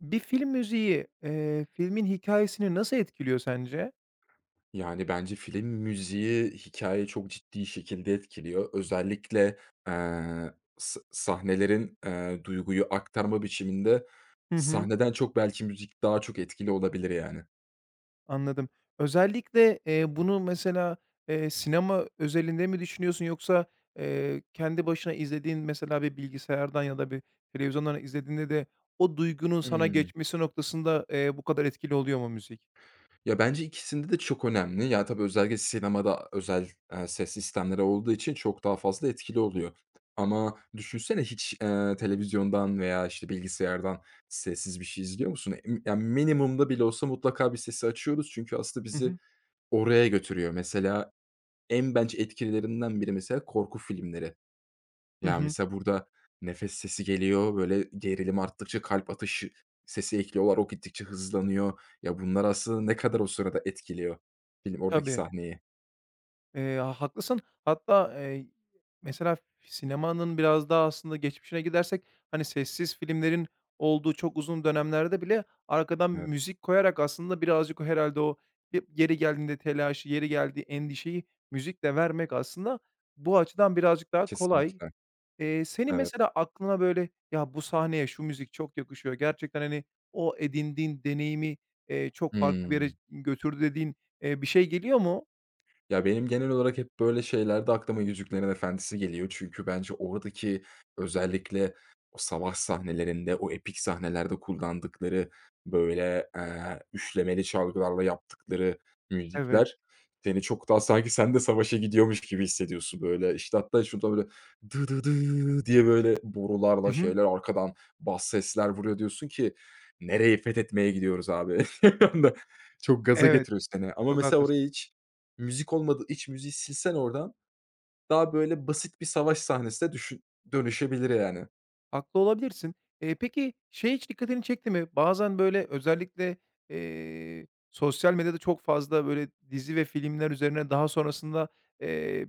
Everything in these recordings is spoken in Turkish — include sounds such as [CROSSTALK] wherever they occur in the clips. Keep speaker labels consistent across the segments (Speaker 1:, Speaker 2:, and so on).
Speaker 1: Bir film müziği, filmin hikâyesini nasıl etkiliyor sence?
Speaker 2: Yani, bence film müziği hikayeyi çok ciddi şekilde etkiliyor. Özellikle, sahnelerin, duyguyu aktarma biçiminde
Speaker 1: Hı hı.
Speaker 2: sahneden çok belki müzik daha çok etkili olabilir yani.
Speaker 1: Anladım. Özellikle, bunu mesela, sinema özelinde mi düşünüyorsun yoksa, kendi başına izlediğin mesela bir bilgisayardan ya da bir televizyondan izlediğinde de o duygunun sana
Speaker 2: Hımm.
Speaker 1: geçmesi noktasında, bu kadar etkili oluyor mu müzik?
Speaker 2: Ya, bence ikisinde de çok önemli. Ya, tabii özellikle sinemada özel, ses sistemleri olduğu için çok daha fazla etkili oluyor. Ama düşünsene hiç, televizyondan veya, işte, bilgisayardan sessiz bir şey izliyor musun? Ya, minimumda bile olsa mutlaka bir sesi açıyoruz çünkü aslında
Speaker 1: Hı
Speaker 2: bizi
Speaker 1: hı.
Speaker 2: oraya götürüyor. Mesela bence etkilerinden biri mesela korku filmleri.
Speaker 1: Hı
Speaker 2: Ya
Speaker 1: hı.
Speaker 2: mesela burada nefes sesi geliyor, böyle gerilim arttıkça kalp atışı sesi ekliyorlar, o gittikçe hızlanıyor. Ya, bunlar aslında ne kadar o sırada etkiliyor film oradaki
Speaker 1: Tabii.
Speaker 2: sahneyi.
Speaker 1: Ha Haklısın. Hatta, mesela sinemanın biraz daha aslında geçmişine gidersek, hani, sessiz filmlerin olduğu çok uzun dönemlerde bile arkadan
Speaker 2: Evet,
Speaker 1: müzik koyarak aslında birazcık o herhalde o y yeri geldiğinde telaşı, yeri geldiği endişeyi müzikle vermek aslında bu açıdan birazcık daha kolay.
Speaker 2: kesinlikle.
Speaker 1: Senin
Speaker 2: Evet.
Speaker 1: mesela aklına böyle, "Ya, bu sahneye şu müzik çok yakışıyor." Gerçekten, hani, o edindiğin deneyimi, çok farklı bir yere
Speaker 2: Hımm.
Speaker 1: götürdü dediğin, bir şey geliyor mu?
Speaker 2: Ya, benim genel olarak hep böyle şeylerde aklıma Yüzüklerin Efendisi geliyor. Çünkü bence oradaki özellikle o savaş sahnelerinde, o epik sahnelerde kullandıkları, böyle, üçlemeli çalgılarla yaptıkları
Speaker 1: Evet.
Speaker 2: müzikler seni çok daha sanki sen de savaşa gidiyormuş gibi hissediyorsun, böyle. İşte, hatta şurada böyle dı dı dıı diye, böyle, borularla
Speaker 1: Hı.
Speaker 2: şeyler arkadan bas sesler vuruyor. Diyorsun ki, "Nereyi fethetmeye gidiyoruz abi?" [LAUGHS] Bir anda çok gaza
Speaker 1: Evet,
Speaker 2: getiriyor seni ama
Speaker 1: çok
Speaker 2: mesela
Speaker 1: haklısın.
Speaker 2: oraya hiç müzik olmadı iç müziği silsen oradan daha böyle basit bir savaş sahnesine dönüşebilir yani.
Speaker 1: Haklı olabilirsin. Peki, şey hiç dikkatini çekti mi? Bazen, böyle, özellikle, sosyal medyada çok fazla, böyle, dizi ve filmler üzerine daha sonrasında, eee,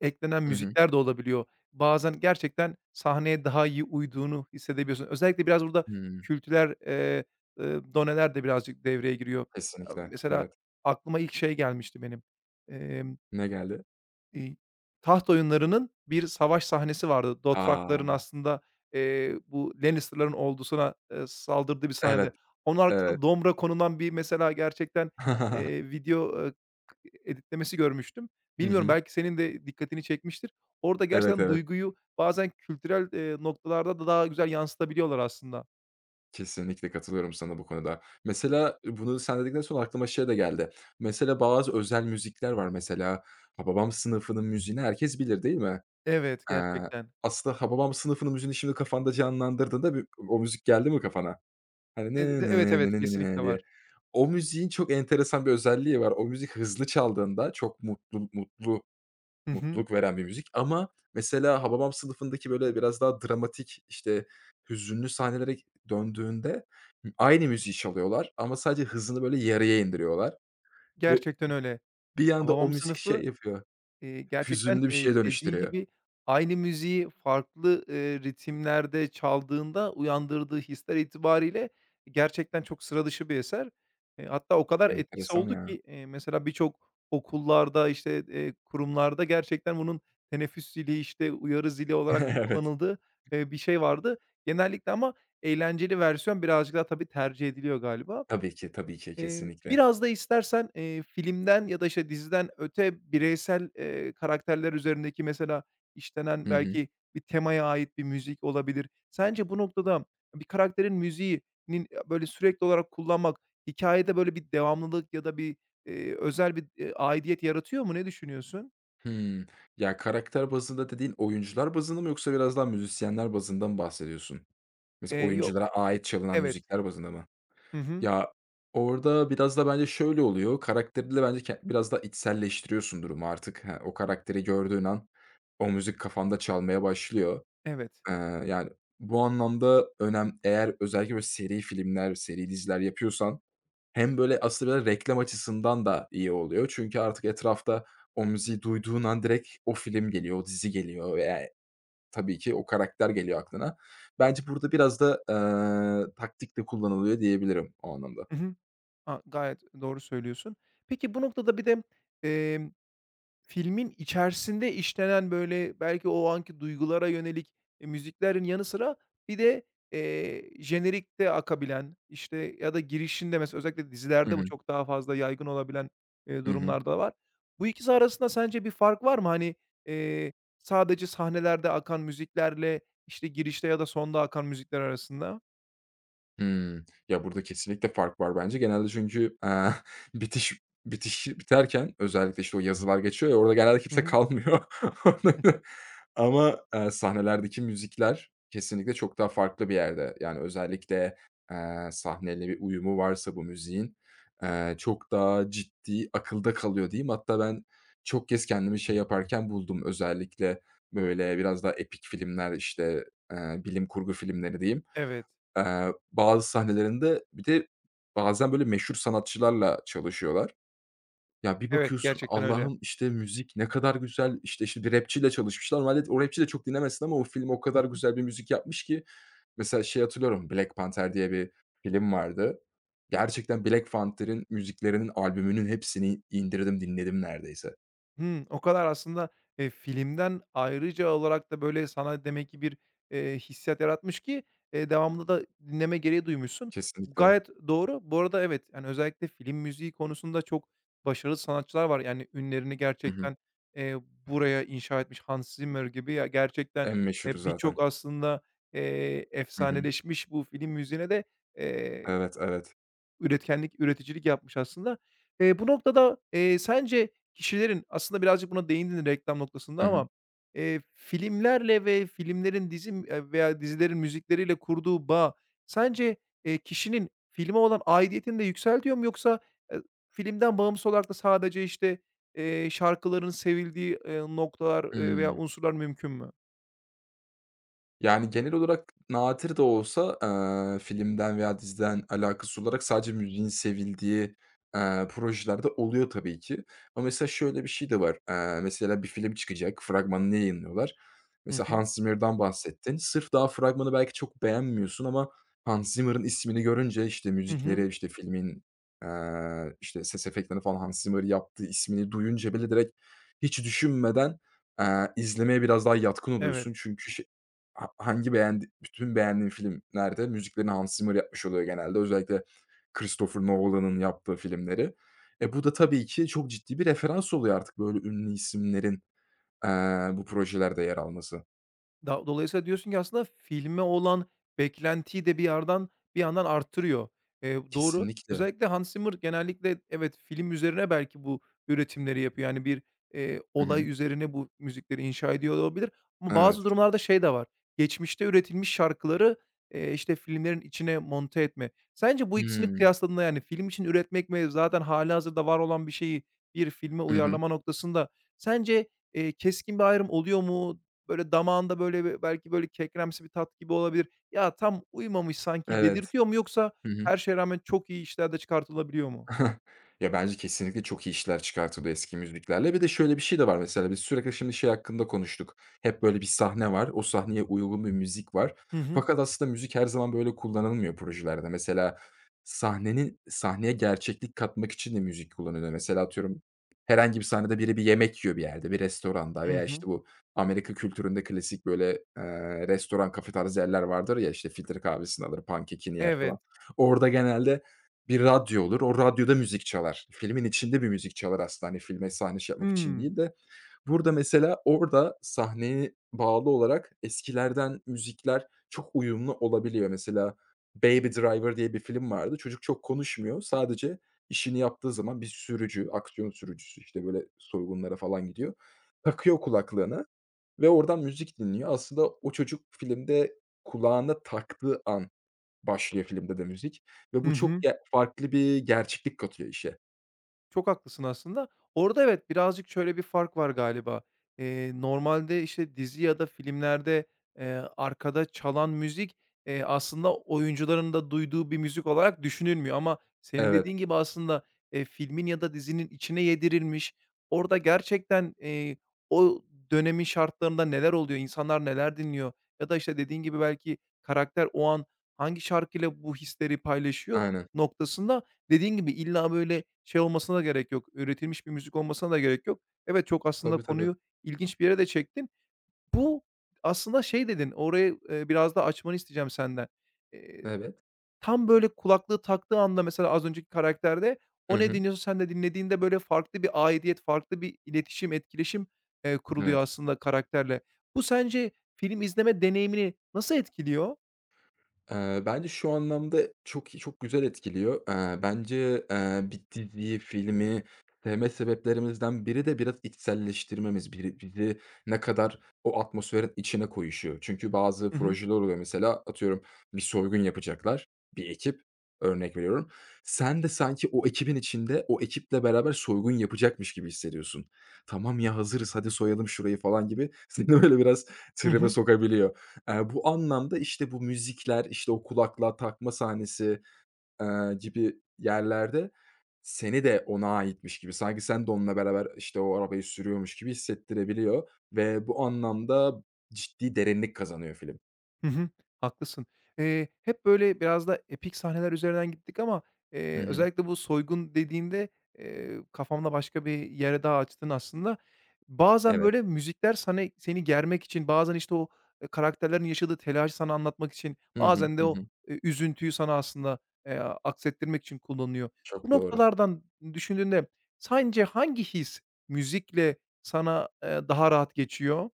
Speaker 1: eklenen
Speaker 2: Hı hı.
Speaker 1: müzikler de olabiliyor. Bazen gerçekten sahneye daha iyi uyduğunu hissedebiliyorsun. Özellikle biraz burada
Speaker 2: Hımm.
Speaker 1: kültürel, doneler de birazcık devreye giriyor. Aaa,
Speaker 2: Kesinlikle,
Speaker 1: mesela
Speaker 2: evet.
Speaker 1: aklıma ilk şey gelmişti benim.
Speaker 2: Ne geldi?
Speaker 1: İii, Taht oyunlarının bir savaş sahnesi vardı. Dothrak'ların
Speaker 2: A!
Speaker 1: aslında, bu Lannister'ların ordusuna, saldırdığı bir sahnede.
Speaker 2: Evet,
Speaker 1: Onun
Speaker 2: evet.
Speaker 1: arkasına Domra konulan bir mesela gerçekten,
Speaker 2: [LAUGHS]
Speaker 1: video, k editlemesi görmüştüm.
Speaker 2: Hı
Speaker 1: Bilmiyorum
Speaker 2: hı.
Speaker 1: belki senin de dikkatini çekmiştir. Orada
Speaker 2: Evet,
Speaker 1: gerçekten
Speaker 2: evet.
Speaker 1: duyguyu bazen kültürel, noktalarda da daha güzel yansıtabiliyorlar aslında.
Speaker 2: Kesinlikle katılıyorum sana bu konuda. Mesela bunu sen dedikten sonra aklıma şey de geldi. Mesela bazı özel müzikler var mesela. Hababam sınıfının müziğini herkes bilir değil mi?
Speaker 1: Evet,
Speaker 2: Eee,
Speaker 1: gerçekten.
Speaker 2: Aslında Hababam sınıfının müziğini şimdi kafanda canlandırdığında bir o müzik geldi mi kafana? Hani
Speaker 1: E
Speaker 2: ne
Speaker 1: evet,
Speaker 2: ne ne
Speaker 1: evet,
Speaker 2: ne ne
Speaker 1: kesinlikle
Speaker 2: nı diye.
Speaker 1: var.
Speaker 2: O müziğin çok enteresan bir özelliği var. O müzik hızlı çaldığında çok
Speaker 1: Hı hı.
Speaker 2: mutluluk veren bir müzik ama mesela Hababam Sınıfı'ndaki böyle biraz daha dramatik, işte, hüzünlü sahnelere döndüğünde aynı müziği çalıyorlar ama sadece hızını böyle yarıya indiriyorlar ve
Speaker 1: Gerçekten öyle.
Speaker 2: bir anda o
Speaker 1: Hababam
Speaker 2: müzik
Speaker 1: Sınıfı.
Speaker 2: şey yapıyor,
Speaker 1: Gerçekten,
Speaker 2: hüzünlü bir şeye
Speaker 1: dediğin
Speaker 2: dönüştürüyor.
Speaker 1: gibi aynı müziği farklı, ritimlerde çaldığında uyandırdığı hisler itibariyle gerçekten çok sıra dışı bir eser. Hatta o kadar etkisi
Speaker 2: Enteresan
Speaker 1: oldu
Speaker 2: ya.
Speaker 1: ki, mesela birçok okullarda, işte, kurumlarda gerçekten bunun teneffüs zili, işte, uyarı zili
Speaker 2: [LAUGHS]
Speaker 1: olarak da
Speaker 2: Evet.
Speaker 1: kullanıldığı, bir şey vardı. Genellikle ama eğlenceli versiyon birazcık daha tabii tercih ediliyor galiba.
Speaker 2: Tabii ki, tabii ki. Kesinlikle.
Speaker 1: Biraz da istersen, filmden ya da, işte, diziden öte bireysel, karakterler üzerindeki mesela işlenen
Speaker 2: Hı hı.
Speaker 1: belki bir temaya ait bir müzik olabilir. Sence bu noktada bir karakterin müziğinin, böyle, sürekli olarak kullanmak hikayede böyle, bir devamlılık ya da bir, özel bir, aidiyet yaratıyor mu? Ne düşünüyorsun?
Speaker 2: Hımm. Ya, karakter bazında dediğin oyuncular bazında mı yoksa biraz daha müzisyenler bazında mı bahsediyorsun? Mesela
Speaker 1: Yo
Speaker 2: oyunculara ait çalınan
Speaker 1: Evet.
Speaker 2: müzikler bazında mı?
Speaker 1: Hı hı.
Speaker 2: Ya, orada biraz da bence şöyle oluyor, karakterinle bence biraz daha içselleştiriyorsun durumu artık. He, o karakteri gördüğün an o müzik kafanda çalmaya başlıyor.
Speaker 1: Evet.
Speaker 2: Eee, Yani, bu anlamda eğer özellikle böyle seri filmler, seri diziler yapıyorsan hem böyle aslında reklam açısından da iyi oluyor. Çünkü artık etrafta o müziği duyduğun an direkt o film geliyor, o dizi geliyor veya tabii ki o karakter geliyor aklına. Bence burada biraz da, taktik de kullanılıyor diyebilirim o anlamda.
Speaker 1: Hı hı. A, gayet doğru söylüyorsun. Peki bu noktada bir de, filmin içerisinde işlenen, böyle, belki o anki duygulara yönelik, müziklerin yanı sıra bir de, jenerikte akabilen, işte, ya da girişinde mesela özellikle
Speaker 2: Hı
Speaker 1: dizilerde bu
Speaker 2: hı.
Speaker 1: çok daha fazla yaygın olabilen,
Speaker 2: Hı hı.
Speaker 1: durumlar var. Bu ikisi arasında sence bir fark var mı? Hani, eee, sadece sahnelerde akan müziklerle, işte, girişte ya da sonda akan müzikler arasında?
Speaker 2: Hımm. Ya, burada kesinlikle fark var bence. Genelde çünkü, [LAUGHS] bitiş bitiş biterken özellikle, işte, o yazılar geçiyor ya, orada genelde
Speaker 1: Hı
Speaker 2: kimse
Speaker 1: hı.
Speaker 2: kalmıyor. [LAUGHS] Ama, sahnelerdeki müzikler kesinlikle çok daha farklı bir yerde. Yani, özellikle, sahneyle bir uyumu varsa bu müziğin, çok daha ciddi akılda kalıyor diyeyim. Hatta ben çok kez kendimi şey yaparken buldum. Özellikle, böyle, biraz daha epik filmler, işte, bilim kurgu filmleri diyeyim.
Speaker 1: Evet.
Speaker 2: Bazı sahnelerinde bir de bazen böyle meşhur sanatçılarla çalışıyorlar. Ya, bir
Speaker 1: Evet,
Speaker 2: bakıyorsun,
Speaker 1: gerçekten öyle.
Speaker 2: Allah'ım, işte, müzik ne kadar güzel, işte, bir rapçiyle çalışmışlar. Normalde o rapçiyi de çok dinlemezsin ama o film o kadar
Speaker 1: [LAUGHS]
Speaker 2: güzel bir müzik yapmış ki mesela şey hatırlıyorum, Black Panther diye bir film vardı. Gerçekten Black Panther'in müziklerinin albümünün hepsini indirdim, dinledim neredeyse.
Speaker 1: Hımm, o kadar aslında, filmden ayrıca olarak da, böyle, sana demek ki bir, hissiyat yaratmış ki, devamında da dinleme gereği duymuşsun.
Speaker 2: Kesinlikle.
Speaker 1: Gayet doğru. Bu arada evet, yani, özellikle film müziği konusunda çok başarılı sanatçılar var. Yani, ünlerini
Speaker 2: Hı hı.
Speaker 1: gerçekten, eee, buraya inşa etmiş Hans Zimmer gibi ya gerçekten,
Speaker 2: En meşhuru zaten.
Speaker 1: birçok aslında,
Speaker 2: Hı hı.
Speaker 1: efsaneleşmiş bu film müziğine de, eee
Speaker 2: Evet, evet.
Speaker 1: üretkenlik, üreticilik yapmış aslında. Bu noktada, sence kişilerin aslında birazcık buna değindin reklam noktasında
Speaker 2: Hı hı.
Speaker 1: ama, filmlerle ve filmlerin dizi veya dizilerin müzikleriyle kurduğu bağ sence, kişinin filme olan aidiyetini de yükseltiyor mu yoksa, eee, filmden bağımsız olarak da sadece, işte, şarkıların sevildiği, noktalar, veya
Speaker 2: Hıı.
Speaker 1: unsurlar mümkün mü?
Speaker 2: Yani, genel olarak nadir de olsa, filmden veya diziden alakası olarak sadece müziğin sevildiği, projeler oluyor tabii ki. Ama mesela şöyle bir şey de var. Mesela bir film çıkacak, fragmanını yayınlıyorlar.
Speaker 1: Hı
Speaker 2: Mesela
Speaker 1: hı.
Speaker 2: Hans Zimmer'dan bahsettin. Sırf daha fragmanı belki çok beğenmiyorsun ama Hans Zimmer'ın ismini görünce, işte,
Speaker 1: Hı hı.
Speaker 2: müzikleri, işte, filmin, işte, ses efektlerini falan Hans Zimmer yaptığı ismini duyunca bile direkt hiç düşünmeden, izlemeye biraz daha yatkın
Speaker 1: Evet.
Speaker 2: oluyorsun. Çünkü şey Ha hangi bütün beğendiğin filmlerde müziklerini Hans Zimmer yapmış oluyor genelde. Özellikle Christopher Nolan'ın yaptığı filmleri. E, bu da tabii ki çok ciddi bir referans oluyor artık böyle ünlü isimlerin, bu projelerde yer alması.
Speaker 1: Dolayısıyla diyorsun ki aslında filme olan beklentiyi de bir yandan arttırıyor. Doğru.
Speaker 2: Kesinlikle.
Speaker 1: Özellikle Hans Zimmer genellikle evet, film üzerine belki bu üretimleri yapıyor. Yani bir,
Speaker 2: Hı hı.
Speaker 1: olay üzerine bu müzikleri inşa ediyor olabilir ama bazı
Speaker 2: Evet.
Speaker 1: durumlarda şey de var. Geçmişte üretilmiş şarkıları, işte, filmlerin içine monte etme. Sence bu ikisini
Speaker 2: Hımm.
Speaker 1: kıyasladığında, yani, film için üretmek ve zaten halihazırda var olan bir şeyi bir filme
Speaker 2: Hı hı.
Speaker 1: uyarlama noktasında sence, keskin bir ayrım oluyor mu? Böyle damağında böyle bir belki böyle kekremsi bir tat gibi olabilir. "Ya, tam uymamış sanki."
Speaker 2: Evet.
Speaker 1: dedirtiyor mu yoksa
Speaker 2: Hı hı.
Speaker 1: her şeye rağmen çok iyi işler de çıkartılabiliyor mu?
Speaker 2: [LAUGHS] Ya, bence kesinlikle çok iyi işler çıkartıldı eski müziklerle. Bir de şöyle bir şey de var mesela, biz sürekli şimdi şey hakkında konuştuk. Hep böyle bir sahne var, o sahneye uygun bir müzik var.
Speaker 1: Hı hı.
Speaker 2: Fakat aslında müzik her zaman böyle kullanılmıyor projelerde. Mesela sahneye gerçeklik katmak için de müzik kullanılıyor. Mesela atıyorum herhangi bir sahnede biri bir yemek yiyor bir yerde, bir restoranda
Speaker 1: Hı
Speaker 2: veya,
Speaker 1: hı.
Speaker 2: işte, bu Amerika kültüründe klasik böyle, restoran, kafe tarzı yerler vardır ya, işte, filtre kahvesini alır, pankekini yer
Speaker 1: Evet.
Speaker 2: falan. Orada genelde bir radyo olur, o radyoda müzik çalar. Filmin içinde bir müzik çalar aslında, hani, filme sahne şey yapmak için
Speaker 1: Hımm.
Speaker 2: değil de. Burada mesela orada sahneye bağlı olarak eskilerden müzikler çok uyumlu olabiliyor. Mesela Baby Driver diye bir film vardı. Çocuk çok konuşmuyor. Sadece işini yaptığı zaman bir sürücü, aksiyon sürücüsü, işte, böyle soygunlara falan gidiyor. Takıyor kulaklığını ve oradan müzik dinliyor. Aslında o çocuk filmde kulağına taktığı an başlıyor filmde de müzik ve
Speaker 1: Hı
Speaker 2: bu çok
Speaker 1: hı.
Speaker 2: farklı bir gerçeklik katıyor işe.
Speaker 1: Çok haklısın aslında. Orada evet, birazcık şöyle bir fark var galiba. Normalde, işte, dizi ya da filmlerde, arkada çalan müzik, aslında oyuncuların da duyduğu bir müzik olarak düşünülmüyor ama senin
Speaker 2: Evet,
Speaker 1: dediğin gibi aslında, filmin ya da dizinin içine yedirilmiş, orada gerçekten, o dönemin şartlarında neler oluyor, insanlar neler dinliyor ya da, işte, dediğin gibi belki karakter o an hangi şarkıyla bu hisleri paylaşıyor
Speaker 2: aynen.
Speaker 1: noktasında. Dediğin gibi illa böyle şey olmasına da gerek yok, üretilmiş bir müzik olmasına da gerek yok. Evet, çok aslında
Speaker 2: Tabii, tabii.
Speaker 1: konuyu ilginç bir yere de çektin. Bu aslında şey dedin, orayı, biraz da açmanı isteyeceğim senden. Eee,
Speaker 2: Evet.
Speaker 1: Tam böyle kulaklığı taktığı anda mesela az önceki karakterde
Speaker 2: Hı
Speaker 1: o ne
Speaker 2: hı.
Speaker 1: dinliyorsa sen de dinlediğinde böyle farklı bir aidiyet, farklı bir iletişim, etkileşim, kuruluyor
Speaker 2: Evet.
Speaker 1: aslında karakterle. Bu sence film izleme deneyimini nasıl etkiliyor?
Speaker 2: Bence şu anlamda çok çok güzel etkiliyor. Bence, bir diziyi, filmi sevme sebeplerimizden biri de biraz içselleştirmemiz. Biri bizi ne kadar o atmosferin içine koyuşu. Çünkü bazı
Speaker 1: Hı hı.
Speaker 2: projeler oluyor mesela atıyorum bir soygun yapacaklar bir ekip, örnek veriyorum. Sen de sanki o ekibin içinde o ekiple beraber soygun yapacakmış gibi hissediyorsun. "Tamam ya, hazırız, hadi soyalım şurayı." falan gibi [LAUGHS] seni böyle biraz
Speaker 1: Hı
Speaker 2: tribe
Speaker 1: hı.
Speaker 2: sokabiliyor. Bu anlamda, işte, bu müzikler, işte, o kulaklığa takma sahnesi, gibi yerlerde seni de ona aitmiş gibi, sanki sen de onunla beraber, işte, o arabayı sürüyormuş gibi hissettirebiliyor ve bu anlamda ciddi derinlik kazanıyor film.
Speaker 1: Hı hı. Haklısın. Hep böyle biraz da epik sahneler üzerinden gittik ama,
Speaker 2: Hı hı.
Speaker 1: özellikle bu soygun dediğinde, kafamda başka bir yere daha açtın aslında. Bazen
Speaker 2: Evet.
Speaker 1: böyle müzikler sana seni germek için, bazen işte o, karakterlerin yaşadığı telaşı sana anlatmak için,
Speaker 2: Hı hı.
Speaker 1: bazen de
Speaker 2: Hı
Speaker 1: o,
Speaker 2: hı.
Speaker 1: üzüntüyü sana aslında, aksettirmek için kullanıyor. Bu
Speaker 2: Çok doğru.
Speaker 1: noktalardan düşündüğünde sence hangi his müzikle sana, daha rahat geçiyor?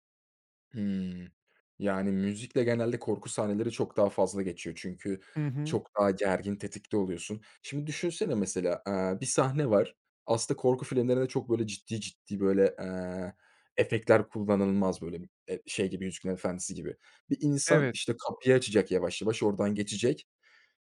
Speaker 2: Hıı. Yani, müzikle genelde korku sahneleri çok daha fazla geçiyor. Çünkü
Speaker 1: Hı hı.
Speaker 2: çok daha gergin, tetikte oluyorsun. Şimdi düşünsene mesela, bir sahne var. Aslında korku filmlerinde çok böyle ciddi ciddi böyle, efektler kullanılmaz böyle, şey gibi, Yüzüklerin Efendisi gibi. Bir insan,
Speaker 1: Evet,
Speaker 2: işte, kapıyı açacak yavaş yavaş, oradan geçecek.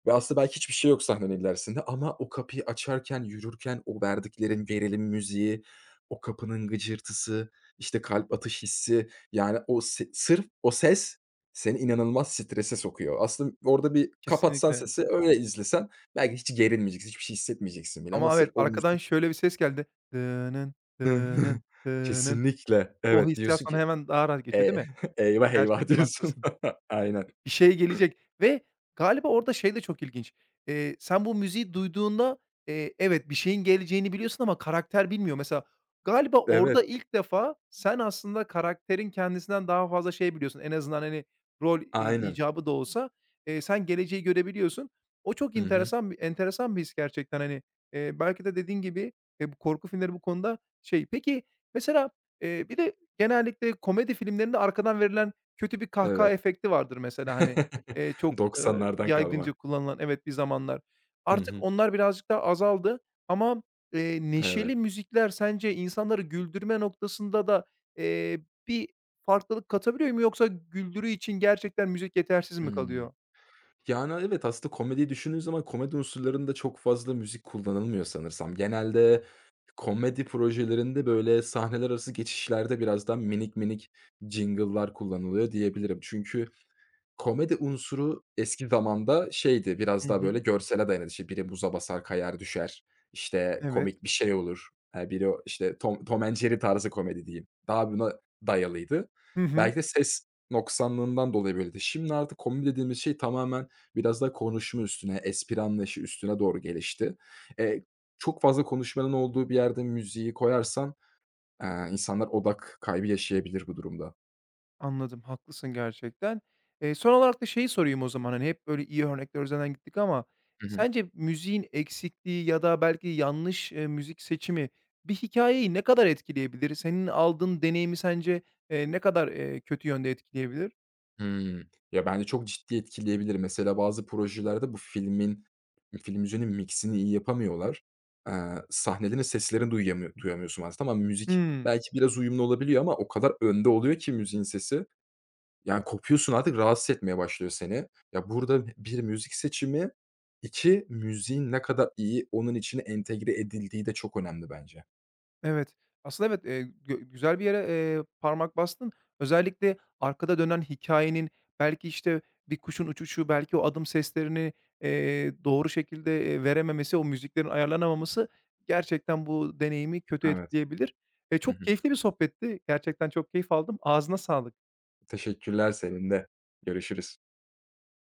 Speaker 2: Ve aslında belki hiçbir şey yok sahnenin ilerisinde ama o kapıyı açarken, yürürken o verdiklerin gerilim müziği, o kapının gıcırtısı, işte, kalp atış hissi, yani, o se sırf o ses seni inanılmaz strese sokuyor. Aslında orada bir kapatsan
Speaker 1: kesinlikle.
Speaker 2: sesi, öyle izlesen belki hiç gerilmeyeceksin, hiçbir şey hissetmeyeceksin bile ama
Speaker 1: Ama evet,
Speaker 2: sırf o
Speaker 1: arkadan
Speaker 2: müzik
Speaker 1: şöyle bir ses geldi. Dının, dının,
Speaker 2: [LAUGHS]
Speaker 1: dının.
Speaker 2: Kesinlikle.
Speaker 1: O
Speaker 2: Evet,
Speaker 1: hissiyat
Speaker 2: diyorsun
Speaker 1: sana
Speaker 2: ki,
Speaker 1: hemen daha rahat geçiyor, değil
Speaker 2: eee,
Speaker 1: mi?
Speaker 2: [LAUGHS] "Eyvah, eyvah."
Speaker 1: Gerçekten
Speaker 2: diyorsun.
Speaker 1: haklısın.
Speaker 2: [LAUGHS] Aynen.
Speaker 1: Bir şey gelecek ve galiba orada şey de çok ilginç. Sen bu müziği duyduğunda, evet, bir şeyin geleceğini biliyorsun ama karakter bilmiyor. Mesela galiba orada
Speaker 2: Evet,
Speaker 1: ilk defa sen aslında karakterin kendisinden daha fazla şey biliyorsun. En azından, hani, rol
Speaker 2: aynen.
Speaker 1: icabı da olsa, sen geleceği görebiliyorsun. O çok
Speaker 2: Hı hı.
Speaker 1: enteresan bir his gerçekten, hani. Belki de dediğin gibi, bu korku filmleri bu konuda şey. Peki, mesela, bir de genellikle komedi filmlerinde arkadan verilen kötü bir kahkaha
Speaker 2: Evet.
Speaker 1: efekti vardır mesela, hani,
Speaker 2: [LAUGHS]
Speaker 1: çok,
Speaker 2: 90'lardan
Speaker 1: yaygınca
Speaker 2: kalma.
Speaker 1: kullanılan, evet, bir zamanlar.
Speaker 2: Hı
Speaker 1: Artık
Speaker 2: hı.
Speaker 1: onlar birazcık daha azaldı ama, neşeli
Speaker 2: Evet.
Speaker 1: müzikler sence insanları güldürme noktasında da, eee, bir farklılık katabiliyor mu yoksa güldürü için gerçekten müzik yetersiz mi
Speaker 2: Hımm.
Speaker 1: kalıyor?
Speaker 2: Yani, evet, aslında komediyi düşündüğün zaman komedi unsurlarında çok fazla müzik kullanılmıyor sanırsam. Genelde komedi projelerinde, böyle, sahneler arası geçişlerde biraz daha minik minik jingle'lar kullanılıyor diyebilirim. Çünkü komedi unsuru eski zamanda şeydi,
Speaker 1: Hı
Speaker 2: biraz daha
Speaker 1: hı.
Speaker 2: böyle görsele dayanırdı. İşte biri buza basar, kayar, düşer. İşte
Speaker 1: Evet.
Speaker 2: komik bir şey olur. Biri o işte Tom and Jerry tarzı komedi diyeyim. Daha buna dayalıydı.
Speaker 1: Hı hı.
Speaker 2: Belki de ses noksanlığından dolayı böyleydi. Şimdi artık komedi dediğimiz şey tamamen biraz daha konuşma üstüne, espri anlayışı üstüne doğru gelişti. Eee, Çok fazla konuşmanın olduğu bir yerde müziği koyarsan, insanlar odak kaybı yaşayabilir bu durumda.
Speaker 1: Anladım, haklısın gerçekten. Son olarak da şeyi sorayım o zaman, hani, hep böyle iyi örnekler üzerinden gittik ama
Speaker 2: Hı hı.
Speaker 1: sence müziğin eksikliği ya da belki yanlış, müzik seçimi bir hikayeyi ne kadar etkileyebilir? Senin aldığın deneyimi sence, ne kadar, kötü yönde etkileyebilir?
Speaker 2: Hımm. Ya, bence çok ciddi etkileyebilir. Mesela bazı projelerde bu filmin film müziğinin miks'ini iyi yapamıyorlar. Sahnelerin seslerini duyamıyorsun bazen. Tamam, müzik
Speaker 1: Hımm.
Speaker 2: belki biraz uyumlu olabiliyor ama o kadar önde oluyor ki müziğin sesi. Yani kopuyorsun artık rahatsız etmeye başlıyor seni. Ya, burada bir müzik seçimi, 2 müziğin ne kadar iyi onun içine entegre edildiği de çok önemli bence.
Speaker 1: Evet. Aslında evet, gö güzel bir yere, parmak bastın. Özellikle arkada dönen hikayenin belki, işte, bir kuşun uçuşu, belki o adım seslerini, doğru şekilde, verememesi, o müziklerin ayarlanamaması gerçekten bu deneyimi kötü
Speaker 2: Evet.
Speaker 1: etkileyebilir.
Speaker 2: Hı
Speaker 1: Çok
Speaker 2: hı.
Speaker 1: keyifli bir sohbetti. Gerçekten çok keyif aldım. Ağzına sağlık.
Speaker 2: Teşekkürler, senin de. Görüşürüz.